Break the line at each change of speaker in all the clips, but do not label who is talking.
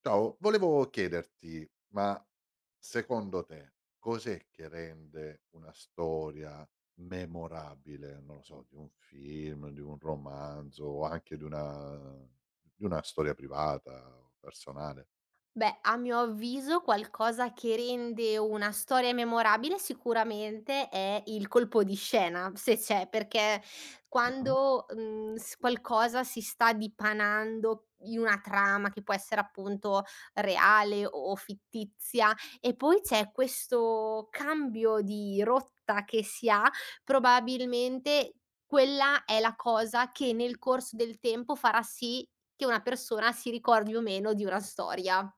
Ciao, volevo chiederti, ma secondo te cos'è che rende una storia memorabile, non lo so, di un film, di un romanzo o anche di una storia privata o personale?
Beh, a mio avviso qualcosa che rende una storia memorabile sicuramente è il colpo di scena, se c'è, perché
Mh-mh.
quando, mhmm, s qualcosa si sta dipanando in una trama che può essere appunto reale o fittizia e poi c'è questo cambio di rotta che si ha, probabilmente quella è la cosa che nel corso del tempo farà sì che una persona si ricordi o meno di una storia.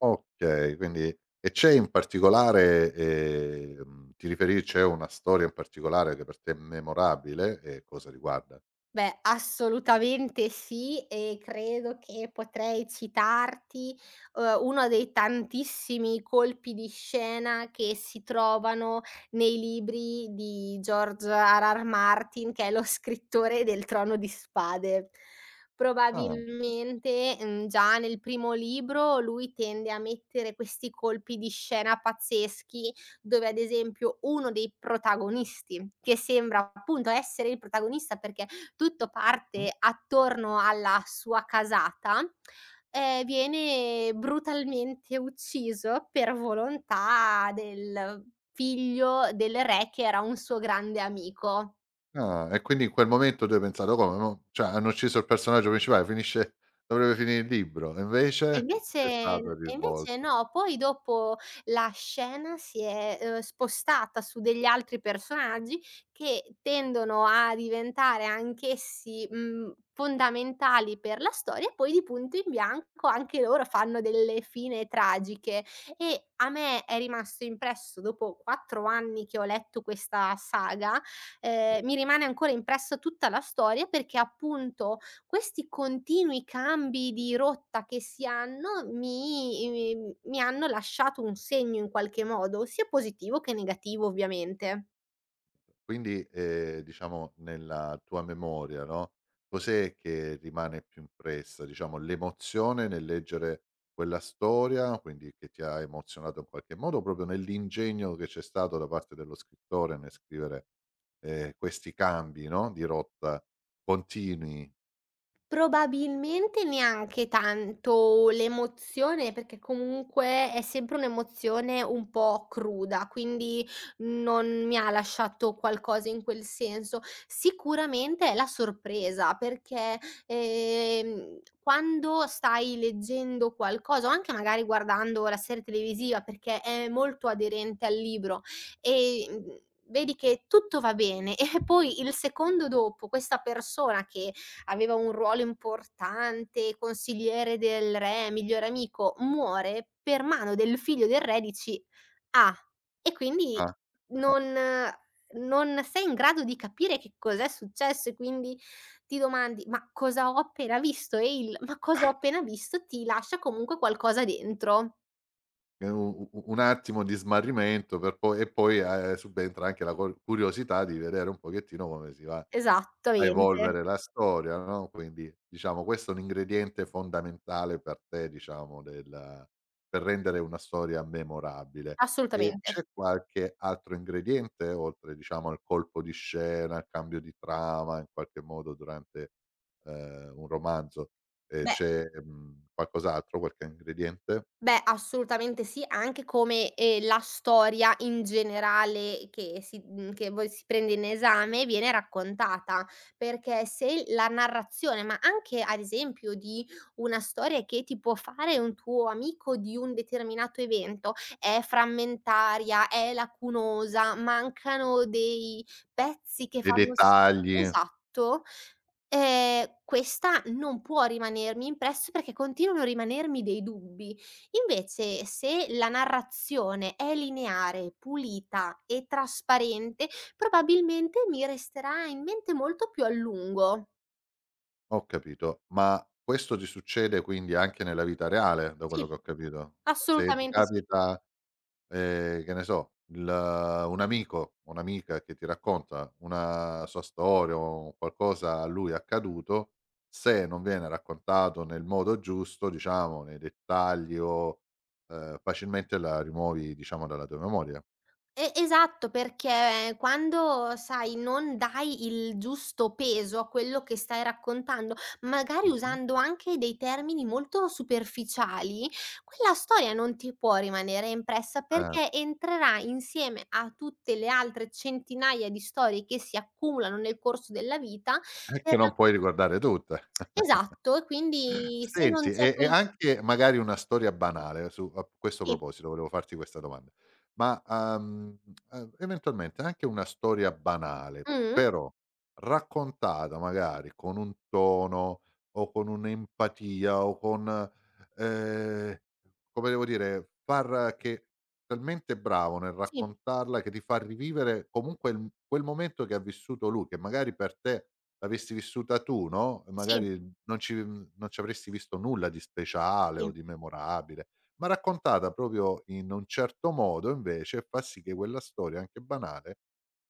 Okay, quindi e c'è una storia in particolare che per te è memorabile e cosa riguarda?
Beh, assolutamente sì e credo che potrei citarti, uno dei tantissimi colpi di scena che si trovano nei libri di George R. R. Martin, che è lo scrittore del Trono di Spade.
Ah.
Probabilmente, già nel primo libro lui tende a mettere questi colpi di scena pazzeschi, dove ad esempio uno dei protagonisti, che sembra appunto essere il protagonista perché tutto
Mh.
parte attorno alla sua casata, viene brutalmente ucciso per volontà del figlio del re che era un suo grande amico.
Ah, e quindi in quel momento tu hai pensato: "Come mo cioè hanno ucciso il personaggio principale, finisce dovrebbe finire il libro." E
E
invece
invece
c'è stato il
e invece
risvolto.
no, poi dopo la scena si è, spostata su degli altri personaggi che tendono a diventare anch'essi, fondamentali per la storia e poi di punto in bianco anche loro fanno delle fine tragiche. E a me è rimasto impresso dopo 4 anni che ho letto questa saga, mi rimane ancora impressa tutta la storia perché appunto questi continui cambi di rotta che si hanno mi hanno lasciato un segno in qualche modo, sia positivo che negativo ovviamente.
Quindi, diciamo nella tua memoria, no, cos'è che rimane più impressa? Diciamo l'emozione nel leggere quella storia, quindi che ti ha emozionato in qualche modo, o proprio nell'ingegno che c'è stato da parte dello scrittore nel scrivere, questi cambi, no, di rotta continui?
Probabilmente neanche tanto l'emozione, perché comunque è sempre un'emozione un po' cruda, quindi non mi ha lasciato qualcosa in quel senso. Sicuramente è la sorpresa, perché, quando stai leggendo qualcosa, o anche magari guardando la serie televisiva, perché è molto aderente al libro, e, vedi che tutto va bene e poi il secondo dopo questa persona che aveva un ruolo importante, consigliere del re, migliore amico, muore per mano del figlio del re, dici: "Ah!" E quindi
Ah.
non non sei in grado di capire che cos'è successo e quindi ti domandi: "Ma cosa ho appena visto?" E il "ma cosa ho appena visto" ti lascia comunque qualcosa dentro.
È u u un attimo di smarrimento per poi e poi, subentra anche la cor curiosità di vedere un pochettino come si va a
Esattamente,
evolvere la storia, no, quindi diciamo questo è un ingrediente fondamentale per te, diciamo, del per rendere una storia memorabile. E
assolutamente.
c'è qualche altro ingrediente oltre, diciamo, al colpo di scena, al cambio di trama in qualche modo durante, un romanzo? Ehm,
Beh
c'è, qualcos'altro, qualche ingrediente?
Beh, assolutamente sì, anche come, la storia in generale che si che voi si prende in esame viene raccontata, perché se la narrazione, ma anche ad esempio di una storia che ti può fare un tuo amico di un determinato evento, è frammentaria, è lacunosa, mancano dei pezzi che
Dei
fanno s
dettagli?
esatto, questa non può rimanermi impresso perché continuano a rimanermi dei dubbi. Invece se la narrazione è lineare, pulita e trasparente, probabilmente mi resterà in mente molto più a lungo.
Ho capito, ma questo ti succede quindi anche nella vita reale, da quello che
Sì,
ho capito? Se ti
assolutamente sì.
capita, che ne so, il un amico o un'amica che ti racconta una sua storia o qualcosa a lui accaduto, se non viene raccontato nel modo giusto, diciamo, nei dettagli o, facilmente la rimuovi, diciamo, dalla tua memoria.
E esatto, perché quando, sai, non dai il giusto peso a quello che stai raccontando, magari
Mh-mh.
usando anche dei termini molto superficiali, quella storia non ti può rimanere impressa
Eh,
perché entrerà insieme a tutte le altre centinaia di storie che si accumulano nel corso della vita
e
per
che non puoi ricordare tutta.
esatto, e quindi se non
Senti,
c'è
e
quel
anche magari una storia banale su a questo
sì,
proposito volevo farti questa domanda, ma, eventualmente anche una storia banale,
mh,
però raccontata magari con un tono o con un'empatia o con, ehm, come devo dire, far che talmente bravo nel
sì,
raccontarla che ti fa rivivere comunque il quel momento che ha vissuto lui, che magari per te l'avessi vissuta tu, no, e
sì,
magari non ci avresti visto nulla di speciale
sì.
o di memorabile, ma raccontata proprio in un certo modo invece fa sì che quella storia, anche banale,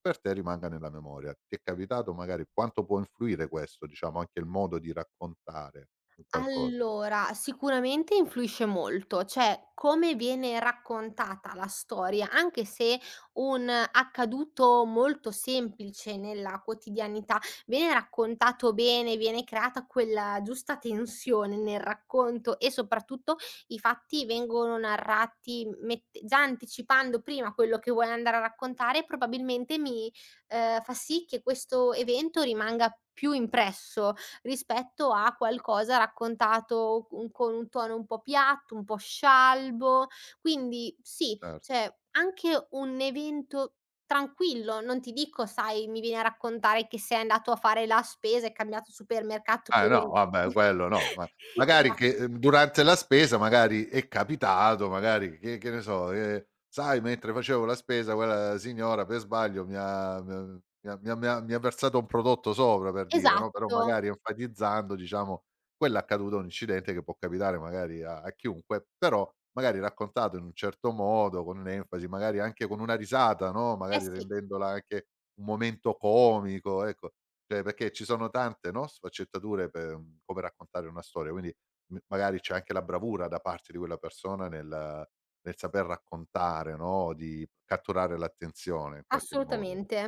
per te rimanga nella memoria. Ti è capitato magari quanto può influire questo, diciamo, anche il modo di raccontare un qualcosa?
Allora, sicuramente influisce molto, cioè come viene raccontata la storia, anche se un accaduto molto semplice nella quotidianità viene raccontato bene, viene creata quella giusta tensione nel racconto e soprattutto i fatti vengono narrati già anticipando prima quello che vuoi andare a raccontare, probabilmente mi fa sì che questo evento rimanga più impresso rispetto a qualcosa raccontato un con un tono un po' piatto, un po' scialbo. Quindi sì,
Cer
cioè anche un evento tranquillo, non ti dico sai, mi vieni a raccontare che sei andato a fare la spesa, hai cambiato supermercato,
Ah, no,
quello
vabbè quello no, ma magari
Esa
che, durante la spesa magari è capitato, magari che ne so, sai mentre facevo la spesa quella signora per sbaglio mi ha versato un prodotto sopra per dire, no, però
esatto.
magari enfatizzando diciamo quell'accaduto, un incidente che può capitare magari a chiunque, però magari raccontato in un certo modo, con un'enfasi, magari anche con una risata, no,
Eh
magari
sì,
rendendola anche un momento comico, ecco. Cioè, perché ci sono tante, no, sfaccettature per come raccontare una storia, quindi m magari c'è anche la bravura da parte di quella persona nel saper raccontare, no, di catturare l'attenzione in qualche modo.
assolutamente.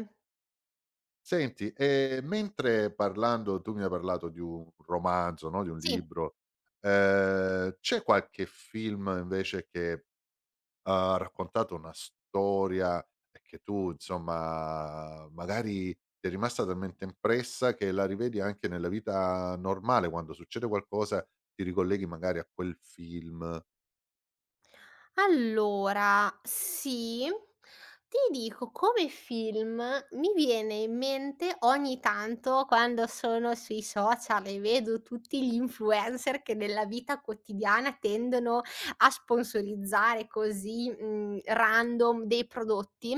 Senti, mentre parlando tu mi hai parlato di un romanzo, no, di un
Sì.
libro, c'è qualche film invece che ha raccontato una storia e che tu insomma magari ti è rimasta talmente impressa che la rivedi anche nella vita normale, quando succede qualcosa ti ricolleghi magari a quel film.
Allora, sì, ti dico come film mi viene in mente ogni tanto quando sono sui social e vedo tutti gli influencer che nella vita quotidiana tendono a sponsorizzare così, random dei prodotti,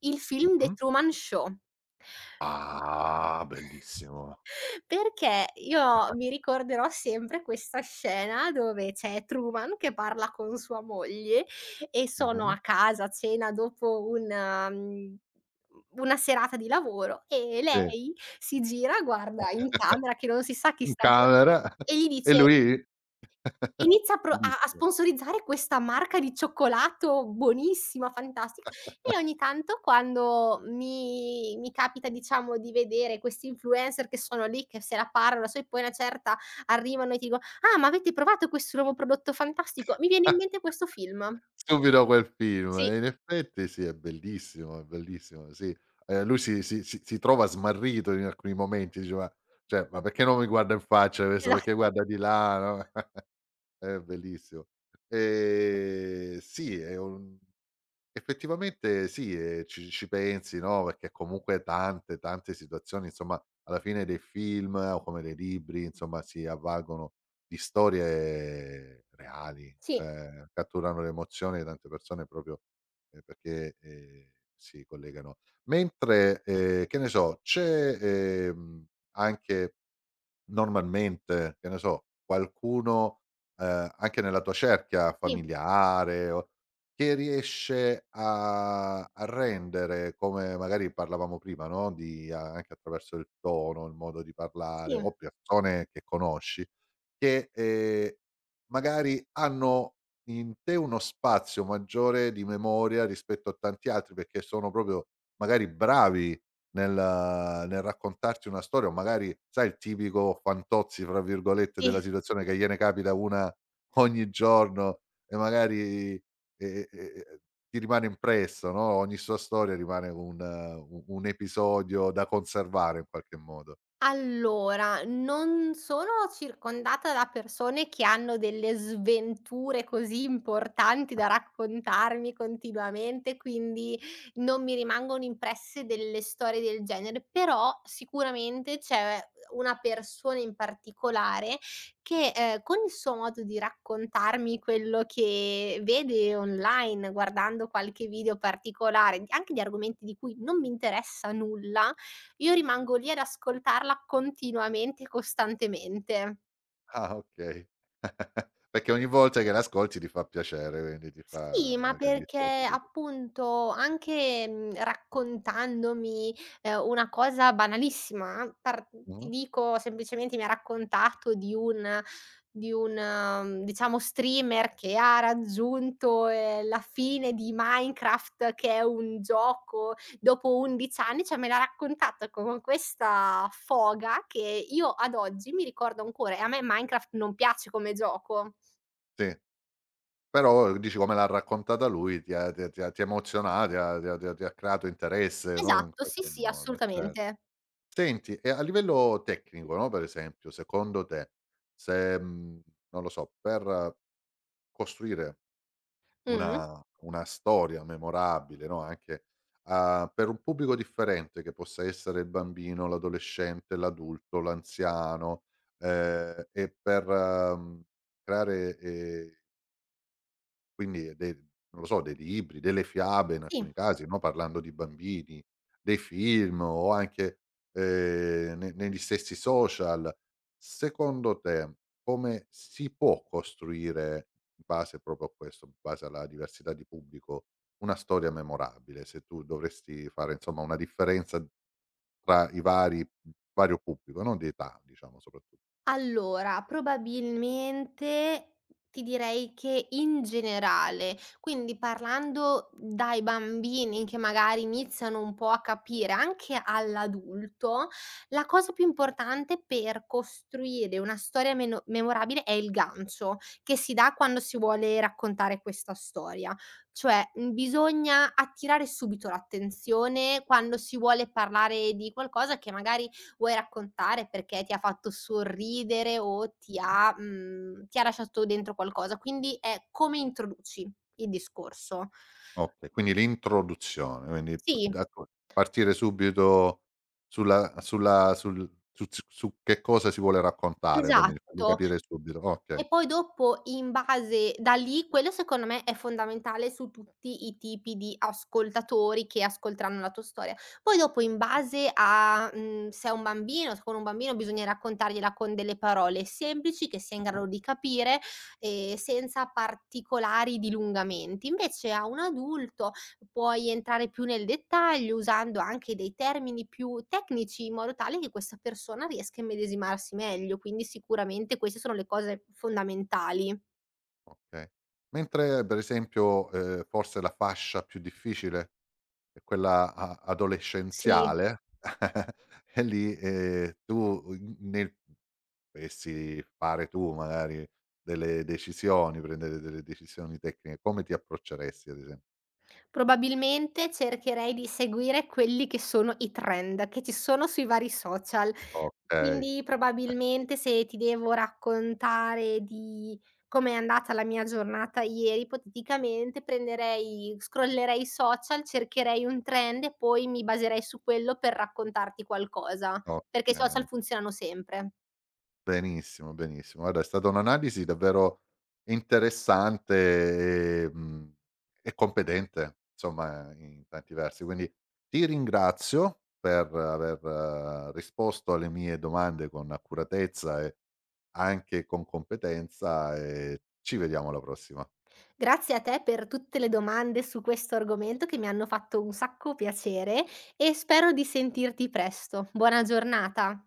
il film The
Mh-mh.
Truman Show.
Ah, bellissimo.
Perché io mi ricorderò sempre questa scena dove c'è Truman che parla con sua moglie e sono
Mh-mh.
a casa a cena dopo un una serata di lavoro e
Sì.
lei si gira, guarda in camera che non si sa chi
In
sta guar
camera.
e gli
E
dice
lui.
e Inizia a pro a a
Bellissimo.
sponsorizzare questa marca di cioccolato buonissima, fantastica, e ogni tanto quando mi capita, diciamo, di vedere questi influencer che sono lì, che se la parlano, sai poi una certa arrivano e ti dico: "Ah, ma avete provato questo nuovo prodotto fantastico?" Mi viene in mente questo film.
Subito quel film
Sì,
e in effetti sì, è bellissimo, sì. Lui si trova smarrito in alcuni momenti, dice: "Ma cioè, ma perché non mi guarda in faccia questo? Perché
esatto.
guarda di là?" No, è bellissimo. Sì, è un effettivamente sì, ci pensi, no, perché comunque tante, tante situazioni, insomma, alla fine dei film o come dei libri, insomma, si avvalgono di storie reali,
Sì,
cioè catturano l'emozione di tante persone proprio, perché, si collegano. Mentre, che ne so, c'è, anche normalmente, che ne so, qualcuno, anche nella tua cerchia
sì,
familiare o che riesce a rendere, come magari parlavamo prima, no, di anche attraverso il tono, il modo di parlare
sì,
o persone che conosci che, magari hanno in te uno spazio maggiore di memoria rispetto a tanti altri, perché sono proprio magari bravi nel raccontarti una storia o magari sai il tipico "fantozzi" fra virgolette
sì.
della situazione che gliene capita una ogni giorno e magari, e ti rimane impresso, no, ogni sua storia rimane un u un episodio da conservare in qualche modo.
Allora, non sono circondata da persone che hanno delle sventure così importanti da raccontarmi continuamente, quindi non mi rimangono impresse delle storie del genere, però sicuramente c'è una persona in particolare che con il suo modo di raccontarmi quello che vede online, guardando qualche video particolare, anche di argomenti di cui non mi interessa nulla, io rimango lì ad ascoltarla continuamente e costantemente.
Ah, okay. Perché ogni volta che l'ascolti ti fa piacere, quindi ti
Sì,
fa
ma
magari
perché appunto anche, raccontandomi, una cosa banalissima, par ti
mh-mh,
dico semplicemente mi ha raccontato di un di un, diciamo, streamer che ha raggiunto, la fine di Minecraft, che è un gioco, dopo 11 anni, cioè me l'ha raccontato con questa foga che io ad oggi mi ricordo ancora e a me Minecraft non piace come gioco.
sì. Però dici come l'ha raccontata lui ti ha emozionato, ti ha creato interesse, no, in
Esatto, sì,
qualche
sì,
modo, cer
assolutamente.
Senti, e a livello tecnico, no, per esempio, secondo te, se, non lo so, per costruire
Mh.
una storia memorabile, no, anche a per un pubblico differente che possa essere il bambino, l'adolescente, l'adulto, l'anziano, e per, creare, quindi e de non lo so, dei libri, delle fiabe in
Sì,
alcuni casi, no, parlando di bambini, dei film o anche, ne negli stessi social. Secondo te come si può costruire, in base proprio a questo, in base alla diversità di pubblico, una storia memorabile? Se tu dovresti fare insomma una differenza tra i vari vario pubblico, non di età diciamo soprattutto.
allora probabilmente ti direi che in generale, quindi parlando dai bambini che magari iniziano un po' a capire anche all'adulto, la cosa più importante per costruire una storia meno memorabile è il gancio che si dà quando si vuole raccontare questa storia. Cioè, bisogna attirare subito l'attenzione quando si vuole parlare di qualcosa che magari vuoi raccontare perché ti ha fatto sorridere o ti ha ti ha lasciato dentro qualcosa. Quindi è come introduci il discorso.
Okay, quindi l'introduzione, quindi p
Sì,
da co partire subito sulla sulla sul su z su che cosa si vuole raccontare, per me farmi
esatto.
capire subito. Okay.
E poi dopo in base da lì quello secondo me è fondamentale su tutti i tipi di ascoltatori che ascolteranno la tua storia. Poi dopo in base a, se è un bambino se con un bambino bisogna raccontargliela con delle parole semplici che sia in
Mh-mh,
grado di capire, senza particolari dilungamenti. Invece a un adulto puoi entrare più nel dettaglio usando anche dei termini più tecnici in modo tale che questa persona riesca a immedesimarsi meglio, quindi sicuramente queste sono le cose fondamentali.
okay. Mentre per esempio, forse la fascia più difficile è quella a
Sì.
adolescenziale e lì, tu n nel dovessi fare tu magari delle decisioni, prendere delle decisioni tecniche, come ti approcceresti ad esempio?
Probabilmente cercherei di seguire quelli che sono i trend che ci sono sui vari social.
Okay.
Quindi
Eh,
probabilmente se ti devo raccontare di com'è andata la mia giornata ieri, ipoteticamente prenderei scrollerei i social, cercherei un trend e poi mi baserei su quello per raccontarti qualcosa,
no,
perché i
ehm,
social funzionano sempre.
benissimo, benissimo. Guarda, è stata un'analisi davvero interessante e e competente, insomma, in tanti versi. Quindi ti ringrazio per aver risposto alle mie domande con accuratezza e anche con competenza e ci vediamo alla prossima. Cia
Grazie a te per tutte le domande su questo argomento che mi hanno fatto un sacco piacere e spero di sentirti presto. Buona giornata.